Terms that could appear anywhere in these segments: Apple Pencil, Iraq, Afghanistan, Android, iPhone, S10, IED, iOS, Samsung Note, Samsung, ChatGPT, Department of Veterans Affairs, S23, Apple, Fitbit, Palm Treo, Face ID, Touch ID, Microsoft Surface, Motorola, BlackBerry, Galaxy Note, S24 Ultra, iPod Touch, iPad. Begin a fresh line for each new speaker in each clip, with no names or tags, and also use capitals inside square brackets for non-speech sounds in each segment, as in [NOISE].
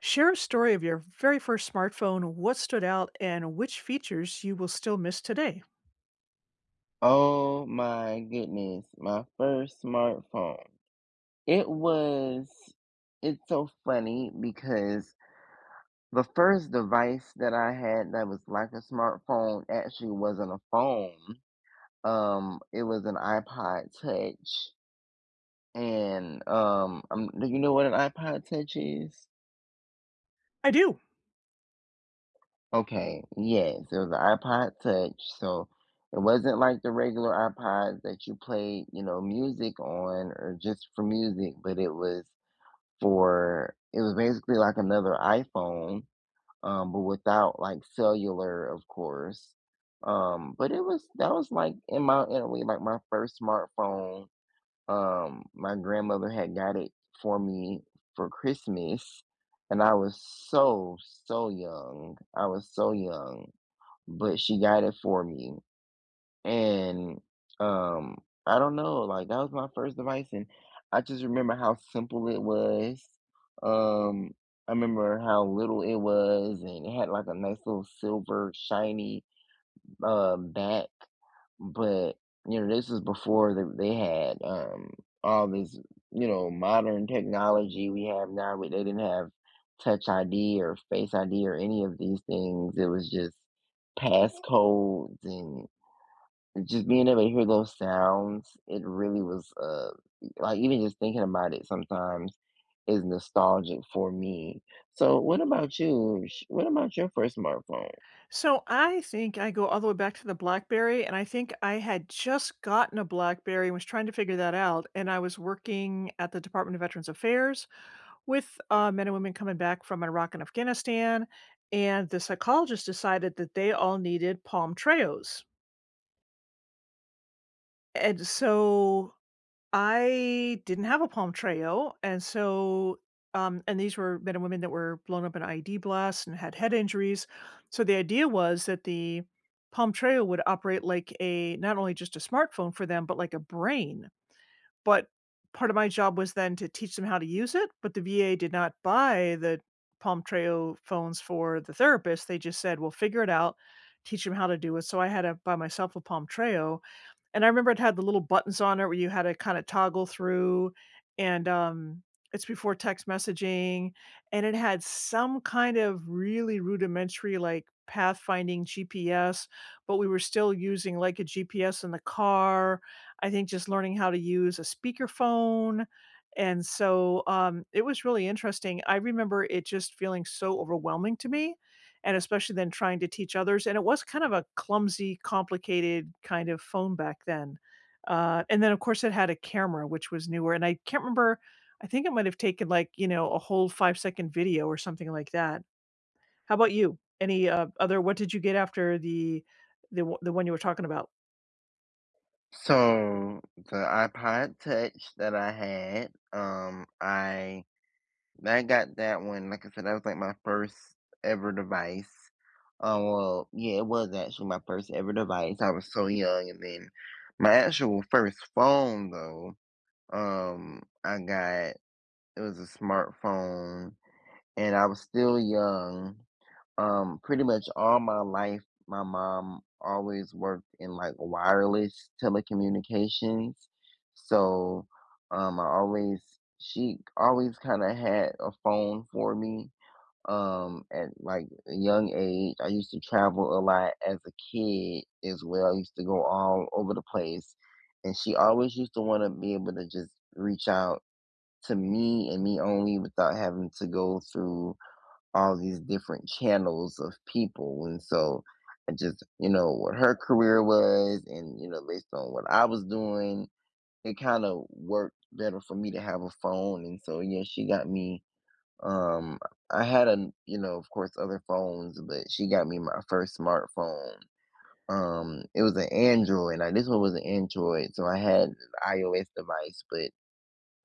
Share a story of your very first smartphone, what stood out, and which features you will still miss today.
Oh my goodness, my first smartphone. It was, it's so funny because the first device that I had that was like a smartphone actually wasn't a phone. It was an iPod Touch. And do you know what an iPod Touch is?
I do.
Okay, yes, it was an iPod Touch. So it wasn't like the regular iPods that you played, music on or just for music, but it was basically like another iPhone, but without like cellular, of course. But it was that was like in my In a way like my first smartphone. My grandmother had got it for me for Christmas, and I was so so young. I was so young, but she got it for me. And um, I don't know, like that was my first device, and I just remember how simple it was. Um, I remember how little it was, and it had like a nice little silver shiny back. But this was before they had all this modern technology we have now. We they didn't have Touch ID or Face ID or any of these things. It was just passcodes and just being able to hear those sounds. It really was, like, even just thinking about it sometimes is nostalgic for me. So, what about you? What about your first smartphone?
So I think I go all the way back to the BlackBerry, and I think I had just gotten a BlackBerry and was trying to figure that out. And I was working at the Department of Veterans Affairs, with men and women coming back from Iraq and Afghanistan, and the psychologist decided that they all needed palm treos. And so I didn't have a palm treo. And so, and these were men and women that were blown up in IED blasts and had head injuries. So the idea was that the palm treo would operate like a not only just a smartphone for them, but like a brain. But part of my job was then to teach them how to use it, but the VA did not buy the Palmtreo phones for the therapist, they just said, "Well, figure it out, teach them how to do it," so I had to buy myself a Palmtreo, and I remember it had the little buttons on it where you had to kinda toggle through, and, it's before text messaging, and it had some kind of really rudimentary, like, pathfinding GPS, but we were still using, like, a GPS in the car, I think just learning how to use a speakerphone, and so, it was really interesting. I remember it just feeling so overwhelming to me and especially then trying to teach others. And it was kind of a clumsy, complicated kind of phone back then. And then, of course, it had a camera, which was newer. And I can't remember, I think it might have taken like, a whole 5 second video or something like that. How about you? Any other, what did you get after the one you were talking about?
So the iPod Touch that I had, I got that one. Like I said, that was like my first ever device. Well, yeah, it was actually my first ever device. I was so young, and then my actual first phone though. I got it was a smartphone, and I was still young. Pretty much all my life, my mom always worked in like wireless telecommunications, so I always she always kind of had a phone for me. At like a young age, I used to travel a lot as a kid as well. I used to go all over the place, and she always used to want to be able to just reach out to me and me only without having to go through all these different channels of people. And so I just, what her career was and, based on what I was doing, it kind of worked better for me to have a phone. And so, yeah, um, I had a, of course, other phones, but she got me my first smartphone. It was an Android. Now this one was an Android, so I had an iOS device, but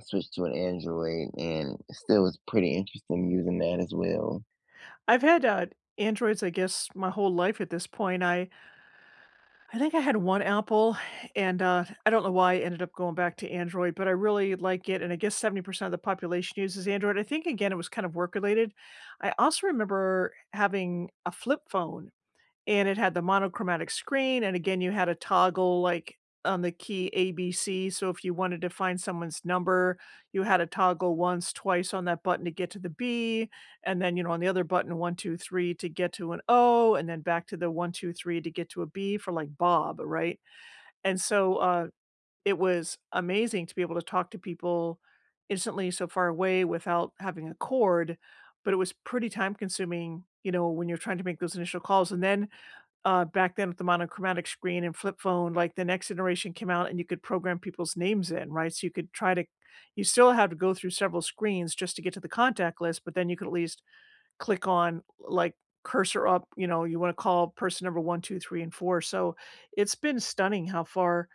switched to an Android and still was pretty interesting using that as well.
I've had Androids, I guess, my whole life at this point. I think I had 1 Apple, and, I don't know why I ended up going back to Android, but I really like it, and I guess 70% of the population uses Android. I think, again, it was kind of work-related. I also remember having a flip phone, and it had the monochromatic screen, and again, you had a toggle, like, on the key ABC, so if you wanted to find someone's number, you had to toggle once, twice on that button to get to the B, and then, you know, on the other button, one, 2, 3 to get to an O, and then back to the one, 2, 3 to get to a B for, like, Bob, right? And so, it was amazing to be able to talk to people instantly so far away without having a cord, but it was pretty time consuming, you know, when you're trying to make those initial calls, and then back then with the monochromatic screen and flip phone, like the next generation came out and you could program people's names in, right? So you could try to, you still had to go through several screens just to get to the contact list, but then you could at least click on like cursor up, you know, you want to call person number one, two, three, and four. So it's been stunning how far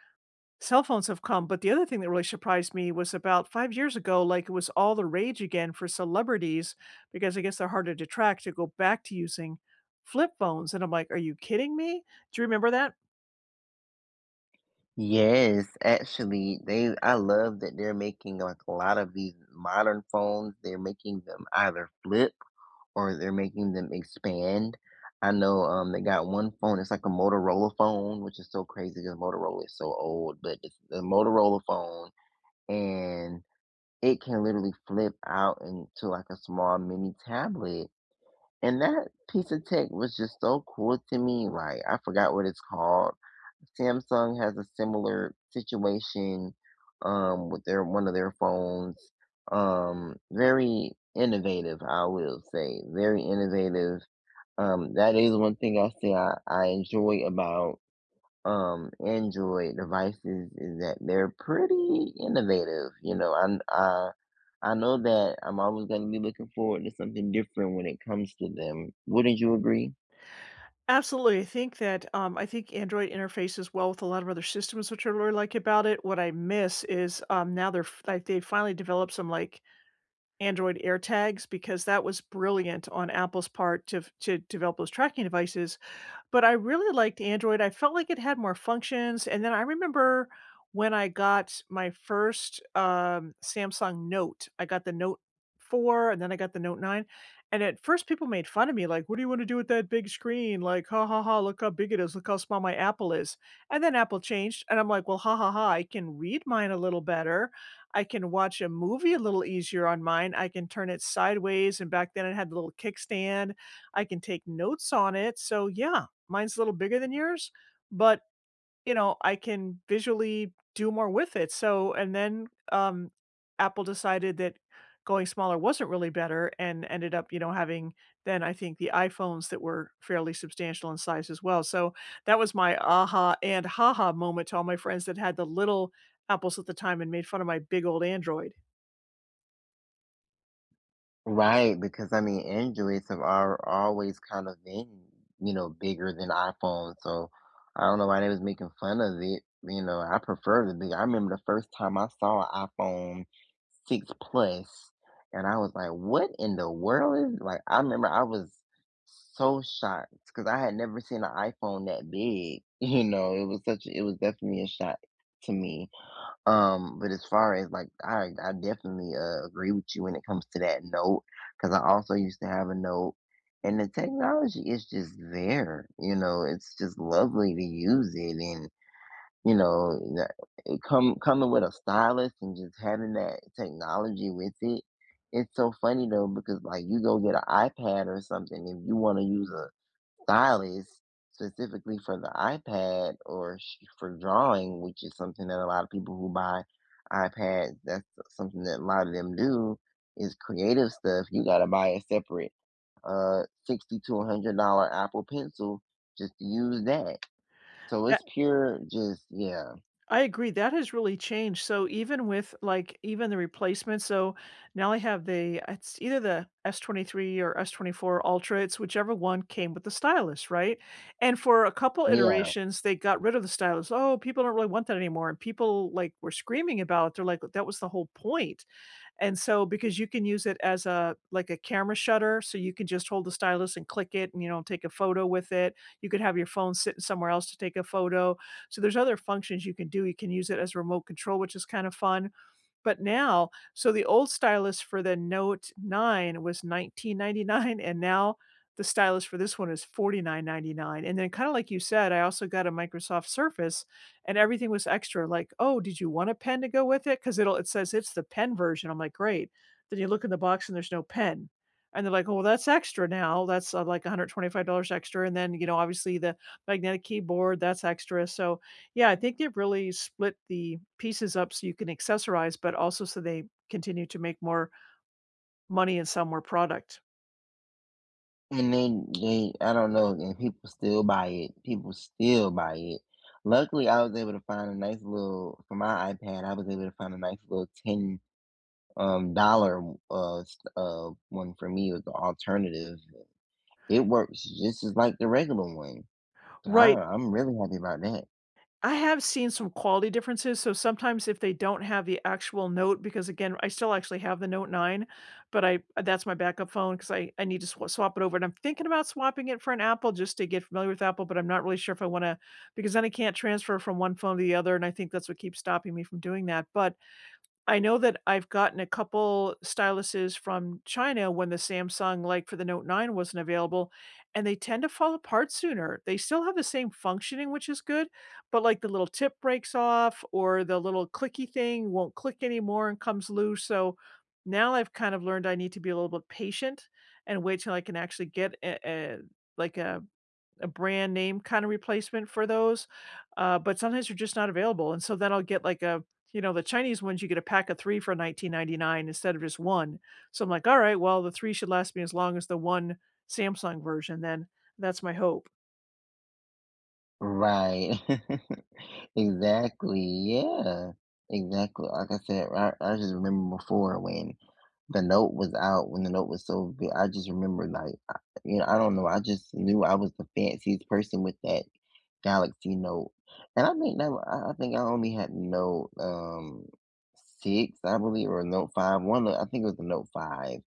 cell phones have come, but the other thing that really surprised me was about 5 years ago, like, it was all the rage again for celebrities because I guess they're harder to track, to go back to using flip phones, and I'm like, "Are you kidding me?" Do you remember that?
Yes, actually, they I love that they're making like a lot of these modern phones. They're making them either flip or they're making them expand. I know they got one phone. It's like a Motorola phone, which is so crazy because Motorola is so old. But it's the Motorola phone, and it can literally flip out into like a small mini tablet. And that piece of tech was just so cool to me, like, I forgot what it's called. Samsung has a similar situation, with their one of their phones. Very innovative, I will say, very innovative. That is one thing I say I enjoy about Android devices is that they're pretty innovative. You know, I know that I'm always going to be looking forward to something different when it comes to them. Wouldn't you agree?
Absolutely, I think that, I think Android interfaces well with a lot of other systems, which I really like about it. What I miss is, now they finally developed some, like, Android AirTags because that was brilliant on Apple's part to f to develop those tracking devices. But I really liked Android. I felt like it had more functions, and then I remember when I got my first, Samsung Note, I got the Note 4 and then I got the Note 9, and at first people made fun of me, like, "What do you wanna do with that big screen?" Like, "Ha, ha, ha, look how big it is, look how small my Apple is." And then Apple changed, and I'm like, "Well, ha, ha, ha, I can read mine a little better, I can watch a movie a little easier on mine, I can turn it sideways," and back then it had the little kickstand, I can take notes on it, so yeah, mine's a little bigger than yours, but, you know, I can visually do more with it. So and then, Apple decided that going smaller wasn't really better and ended up, you know, having then I think the iPhones that were fairly substantial in size as well. So that was my aha and haha moment to all my friends that had the little Apples at the time and made fun of my big old Android.
Right, because I mean, Androids have are always kind of been, you know, bigger than iPhones. So I don't know why they was making fun of it. You know, I prefer the big. I remember the first time I saw an iPhone 6 Plus, and I was like, "What in the world is like?" I remember I was so shocked because I had never seen an iPhone that big. [LAUGHS] You know, it was such. It was definitely a shock to me. But as far as like, I definitely agree with you when it comes to that note because I also used to have a note, and the technology is just there. You know, it's just lovely to use it, and you know, it come coming with a stylus and just having that technology with it. It's so funny though because like you go get an iPad or something if you want to use a stylus specifically for the iPad or sh for drawing, which is something that a lot of people who buy iPads, that's something that a lot of them do, is creative stuff. You gotta buy a separate, 60 to $100 Apple Pencil just to use that. So it's pure just yeah,
I agree, that has really changed, so even with, like, even the replacement so now I have the it's either the S23 or S24 Ultra, it's whichever one came with the stylus, right? And for a couple
yeah.
iterations, they got rid of the stylus, "Oh, people don't really want that anymore," and people, like, were screaming about it, they're like, "That was the whole point." And so because you can use it as a like a camera shutter, so you can just hold the stylus and click it and, you know, take a photo with it. You could have your phone sitting somewhere else to take a photo. So there's other functions you can do. You can use it as remote control, which is kind of fun. But now so the old stylus for the Note 9 was 19.99, and now the stylus for this one is 49.99. And then kinda like you said, I also got a Microsoft Surface, and everything was extra, like, "Oh, did you want a pen to go with it? Because it?" 'Cause it says it's the pen version, I'm like, "Great." Then you look in the box and there's no pen, and they're like, "Oh, well, that's extra now, that's, like $125 extra," and then, you know, obviously the magnetic keyboard, that's extra, so yeah, I think they've really split the pieces up so you can accessorize, but also so they continue to make more money and sell more product.
And then they I don't know, and people still buy it. People still buy it. Luckily, I was able to find a nice little for my iPad, I was able to find a nice little 10 dollar one for me was the alternative. It works just as like the regular one. So
Right,
I'm really happy about that.
I have seen some quality differences, so sometimes if they don't have the actual note because again, I still actually have the Note 9, but I that's my backup phone because I need to swap it over, and I'm thinking about swapping it for an Apple just to get familiar with Apple, but I'm not really sure if I wanna, because then I can't transfer from one phone to the other, and I think that's what keeps stopping me from doing that, but I know that I've gotten a couple styluses from China when the Samsung, like, for the Note 9 wasn't available, and they tend to fall apart sooner. They still have the same functioning, which is good, but, like, the little tip breaks off or the little clicky thing won't click anymore and comes loose, so now I've kind of learned I need to be a little bit patient and wait till I can actually get a like, a brand name kind of replacement for those, but sometimes they're just not available, and so then I'll get like a you know, the Chinese ones, you get a pack of 3 for 19.99 instead of just 1. So I'm like, "All right, well, the 3 should last me as long as the 1 Samsung version then." That's my hope.
Right. [LAUGHS] Exactly. Yeah. Exactly. Like I said, I just remember before when the note was out, when the note was so big, I just remember like, I don't know. I just knew I was the fanciest person with that Galaxy Note, and I think I only had Note, 6, I believe, or Note 5, one of I think it was the Note 5,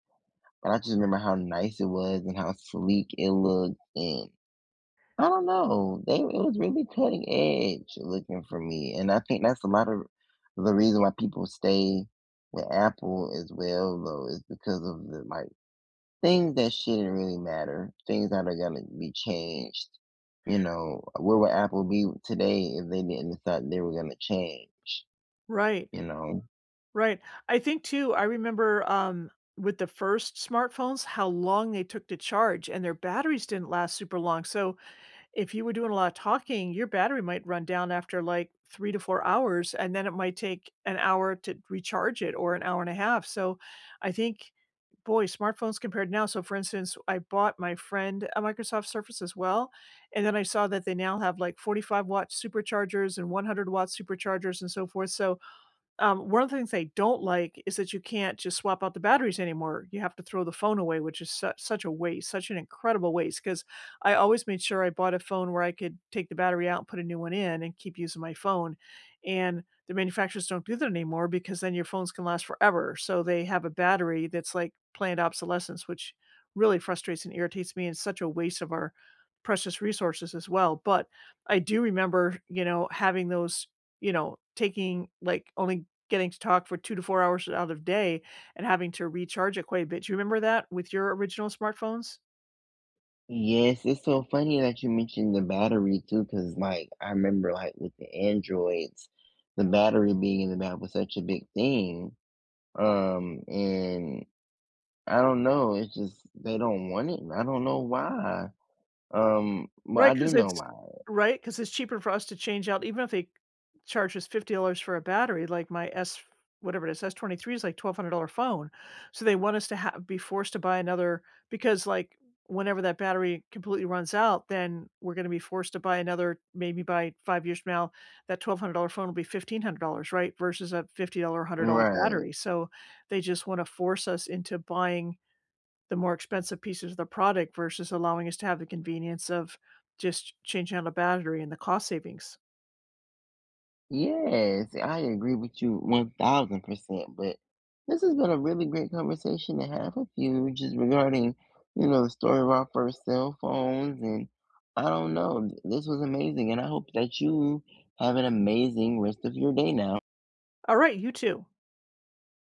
but I just remember how nice it was and how sleek it looked, and I don't know, they it was really cutting edge looking for me, and I think that's a lot of the reason why people stay with Apple as well, though, is because of the, like, things that shouldn't really matter, things that are gonna be changed. You know, where would Apple be today if they didn't decide they were gonna change,
Right,
you know?
right. I think too, I remember, with the first smartphones, how long they took to charge, and their batteries didn't last super long, so if you were doing a lot of talking, your battery might run down after, like, 3 to 4 hours, and then it might take an hour to recharge it or an hour and a half, so I think boy, smartphones compared now so for instance, I bought my friend a Microsoft Surface as well, and then I saw that they now have, like, 45-watt superchargers and 100-watt superchargers and so forth, so one of the things they don't like is that you can't just swap out the batteries anymore. You have to throw the phone away, which is such a waste, such an incredible waste. Because I always made sure I bought a phone where I could take the battery out and put a new one in and keep using my phone. And the manufacturers don't do that anymore because then your phones can last forever. So they have a battery that's like planned obsolescence, which really frustrates and irritates me and such a waste of our precious resources as well. But I do remember, you know, having those, you know, taking like only getting to talk for 2 to 4 hours out of day and having to recharge it quite a bit. Do you remember that with your original smartphones?
Yes, it's so funny that you mentioned the battery too, because like, I remember, like, with the Androids, the battery being in the back was such a big thing, and I don't know, it's just they don't want it, and I don't know why, but I
Right,
do
because
know
it's
why.
cheaper for us to change out even if they charge us $50 for a battery, like my S whatever it is, S23 is like $1,200 phone. So they want us to ha be forced to buy another because, like, whenever that battery completely runs out, then we're gonna be forced to buy another maybe by 5 years from now, that $1,200 phone will be $1,500, right, versus a $50 $100
Right.
battery. So they just wanna force us into buying the more expensive pieces of the product versus allowing us to have the convenience of just changing out a battery and the cost savings.
Yes, I agree with you 1000%. But this has been a really great conversation to have with you just regarding, you know, the story of our first cell phones. And I don't know, this was amazing. And I hope that you have an amazing rest of your day now.
All right, you too.